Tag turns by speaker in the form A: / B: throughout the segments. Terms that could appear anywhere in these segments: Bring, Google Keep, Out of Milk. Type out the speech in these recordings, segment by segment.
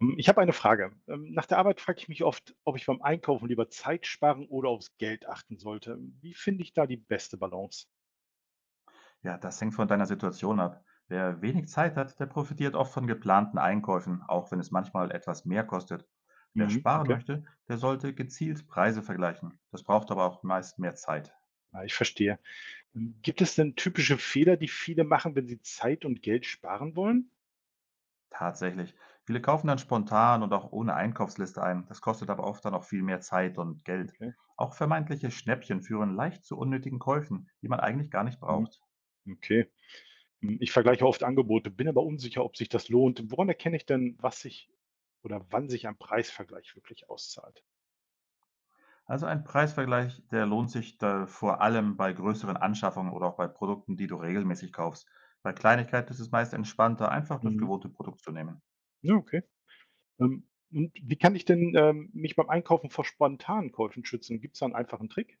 A: Ich habe eine Frage. Nach der Arbeit frage ich mich oft, ob ich beim Einkaufen lieber Zeit sparen oder aufs Geld achten sollte. Wie finde ich da die beste Balance?
B: Ja, das hängt von deiner Situation ab. Wer wenig Zeit hat, der profitiert oft von geplanten Einkäufen, auch wenn es manchmal etwas mehr kostet. Wer sparen
A: Okay.
B: möchte, der sollte gezielt Preise vergleichen. Das braucht aber auch meist mehr Zeit.
A: Ah, ich verstehe. Gibt es denn typische Fehler, die viele machen, wenn sie Zeit und Geld sparen wollen?
B: Tatsächlich. Viele kaufen dann spontan und auch ohne Einkaufsliste ein. Das kostet aber oft dann auch viel mehr Zeit und Geld.
A: Okay.
B: Auch vermeintliche Schnäppchen führen leicht zu unnötigen Käufen, die man eigentlich gar nicht
A: Hm.
B: braucht.
A: Okay. Ich vergleiche oft Angebote, bin aber unsicher, ob sich das lohnt. Woran erkenne ich denn, was sich oder wann sich ein Preisvergleich wirklich auszahlt?
B: Also, ein Preisvergleich, der lohnt sich da vor allem bei größeren Anschaffungen oder auch bei Produkten, die du regelmäßig kaufst. Bei Kleinigkeiten ist es meist entspannter, einfach das
A: Mhm.
B: gewohnte Produkt zu nehmen.
A: Ja, okay. Und wie kann ich denn, mich beim Einkaufen vor spontanen Käufen schützen? Gibt es da 'n einfachen Trick?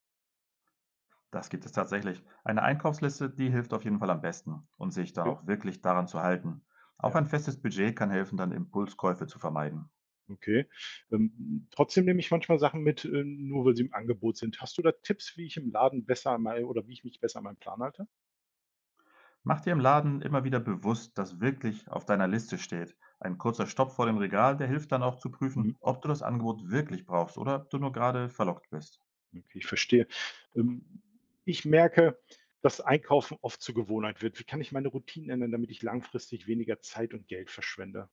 B: Das gibt es tatsächlich. Eine Einkaufsliste, die hilft auf jeden Fall am besten und sich dann
A: Okay,
B: auch wirklich daran zu halten. Auch
A: ja,
B: ein festes Budget kann helfen, dann Impulskäufe zu vermeiden.
A: okay. Trotzdem nehme ich manchmal Sachen mit, nur weil sie im Angebot sind. Hast du da Tipps, wie ich im Laden besser an mei oder wie ich mich besser an meinen Plan halte?
B: Mach dir im Laden immer wieder bewusst, dass wirklich auf deiner Liste steht. Ein kurzer Stopp vor dem Regal, der hilft dann auch zu prüfen,
A: Mhm.
B: ob du das Angebot wirklich brauchst oder ob du nur gerade verlockt bist.
A: Okay, ich verstehe. Ähm, Ich merke, dass Einkaufen oft zur Gewohnheit wird. Wie kann ich meine Routinen ändern, damit ich langfristig weniger Zeit und Geld verschwende?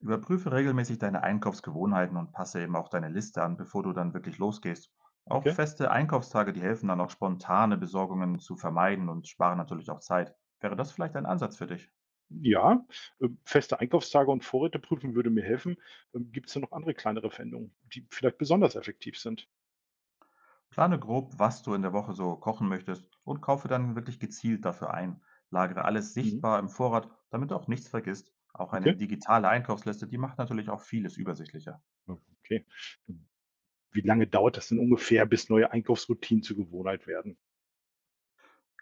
B: Überprüfe regelmäßig deine Einkaufsgewohnheiten und passe eben auch deine Liste an, bevor du dann wirklich losgehst. Auch
A: Okay.
B: feste Einkaufstage, die helfen dann auch spontane Besorgungen zu vermeiden und sparen natürlich auch Zeit. Wäre das vielleicht ein Ansatz für dich?
A: Ja, feste Einkaufstage und Vorräte prüfen würde mir helfen. Gibt es denn noch andere kleinere Veränderungen, die vielleicht besonders effektiv sind?
B: Plane grob, was du in der Woche so kochen möchtest und kaufe dann wirklich gezielt dafür ein. Lagere alles
A: Mhm.
B: sichtbar im Vorrat, damit du auch nichts vergisst. Auch eine
A: Okay.
B: digitale Einkaufsliste, die macht natürlich auch vieles übersichtlicher.
A: Ja, okay. Wie lange dauert das denn ungefähr, bis neue Einkaufsroutinen zur Gewohnheit werden?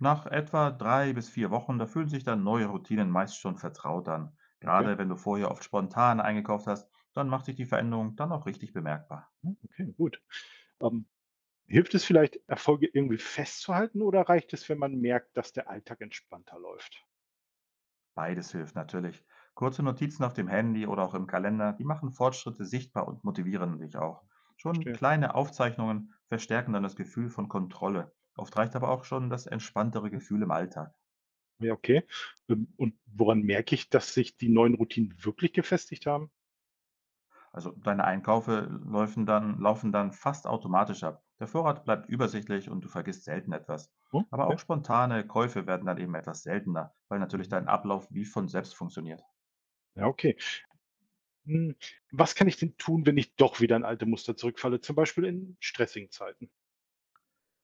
B: Nach etwa 3 bis 4 Wochen, da fühlen sich dann neue Routinen meist schon vertraut an.
A: Okay.
B: Gerade wenn du vorher oft spontan eingekauft hast, dann macht sich die Veränderung dann auch richtig bemerkbar.
A: Hm, okay, gut. Ähm, Hilft es vielleicht, Erfolge irgendwie festzuhalten oder reicht es, wenn man merkt, dass der Alltag entspannter läuft?
B: Beides hilft natürlich. Kurze Notizen auf dem Handy oder auch im Kalender, die machen Fortschritte sichtbar und motivieren dich auch. Schon
A: Verstehe.
B: kleine Aufzeichnungen verstärken dann das Gefühl von Kontrolle. Oft reicht aber auch schon das entspanntere Gefühl im Alltag.
A: Ja, okay. Und woran merke ich, dass sich die neuen Routinen wirklich gefestigt haben?
B: Also deine laufen dann fast automatisch ab. Der Vorrat bleibt übersichtlich und du vergisst selten etwas.
A: Hm,
B: Aber
A: okay.
B: auch spontane Käufe werden dann eben etwas seltener, weil natürlich
A: Mhm.
B: dein Ablauf wie von selbst funktioniert.
A: Ja, okay. Hm, Was kann ich denn tun, wenn ich doch wieder in alte Muster zurückfalle, zum Beispiel in stressigen Zeiten?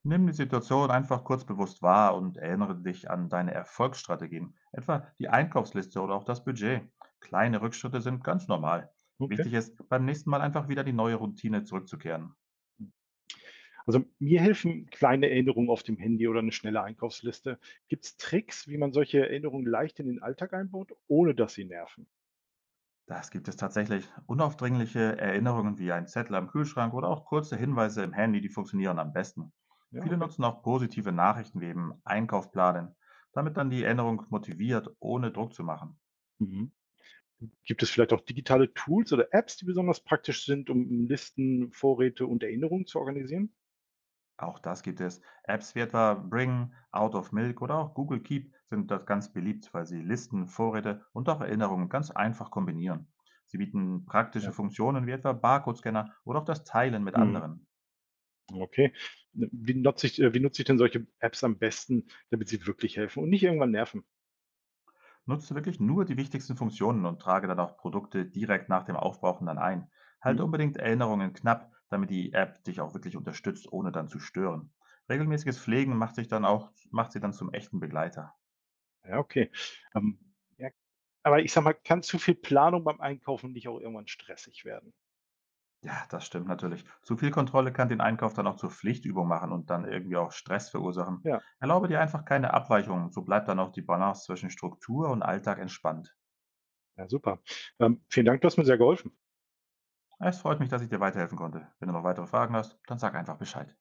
B: Nimm die Situation einfach kurz bewusst wahr und erinnere dich an deine Erfolgsstrategien, etwa die Einkaufsliste oder auch das Budget. Kleine Rückschritte sind ganz normal.
A: Okay.
B: Wichtig ist, beim nächsten Mal einfach wieder die neue Routine zurückzukehren.
A: Also, mir helfen kleine Erinnerungen auf dem Handy oder eine schnelle Einkaufsliste. Gibt es Tricks, wie man solche Erinnerungen leicht in den Alltag einbaut, ohne dass sie nerven?
B: Das gibt es tatsächlich. Unaufdringliche Erinnerungen wie ein Zettel am Kühlschrank oder auch kurze Hinweise im Handy, die funktionieren am besten.
A: Ja,
B: Viele
A: okay.
B: nutzen auch positive Nachrichten wie eben Einkaufplanen, damit dann die Erinnerung motiviert, ohne Druck zu machen.
A: Mhm. Gibt es vielleicht auch digitale Tools oder Apps, die besonders praktisch sind, um Listen, Vorräte und Erinnerungen zu organisieren?
B: Auch das gibt es. Apps wie etwa Bring, Out of Milk oder auch Google Keep sind dort ganz beliebt, weil sie Listen, Vorräte und auch Erinnerungen ganz einfach kombinieren. Sie bieten praktische
A: Ja.
B: Funktionen wie etwa Barcode-Scanner oder auch das Teilen mit
A: Mhm.
B: anderen.
A: Okay. Wie nutze ich denn solche Apps am besten, damit sie wirklich helfen und nicht irgendwann nerven?
B: Nutze wirklich nur die wichtigsten Funktionen und trage dann auch Produkte direkt nach dem Aufbrauchen dann ein. Halte
A: Mhm.
B: unbedingt Erinnerungen knapp, damit die App dich auch wirklich unterstützt, ohne dann zu stören. Regelmäßiges Pflegen macht sie dann zum echten Begleiter.
A: Ja, okay. Ähm, ja, aber ich sage mal, kann zu viel Planung beim Einkaufen nicht auch irgendwann stressig werden?
B: Ja, das stimmt natürlich. Zu viel Kontrolle kann den Einkauf dann auch zur Pflichtübung machen und dann irgendwie auch Stress verursachen.
A: Ja,
B: Erlaube dir einfach keine Abweichungen, so bleibt dann auch die Balance zwischen Struktur und Alltag entspannt.
A: ja super. Vielen Dank, du hast mir sehr geholfen.
B: Es freut mich, dass ich dir weiterhelfen konnte. Wenn du noch weitere Fragen hast, dann sag einfach Bescheid.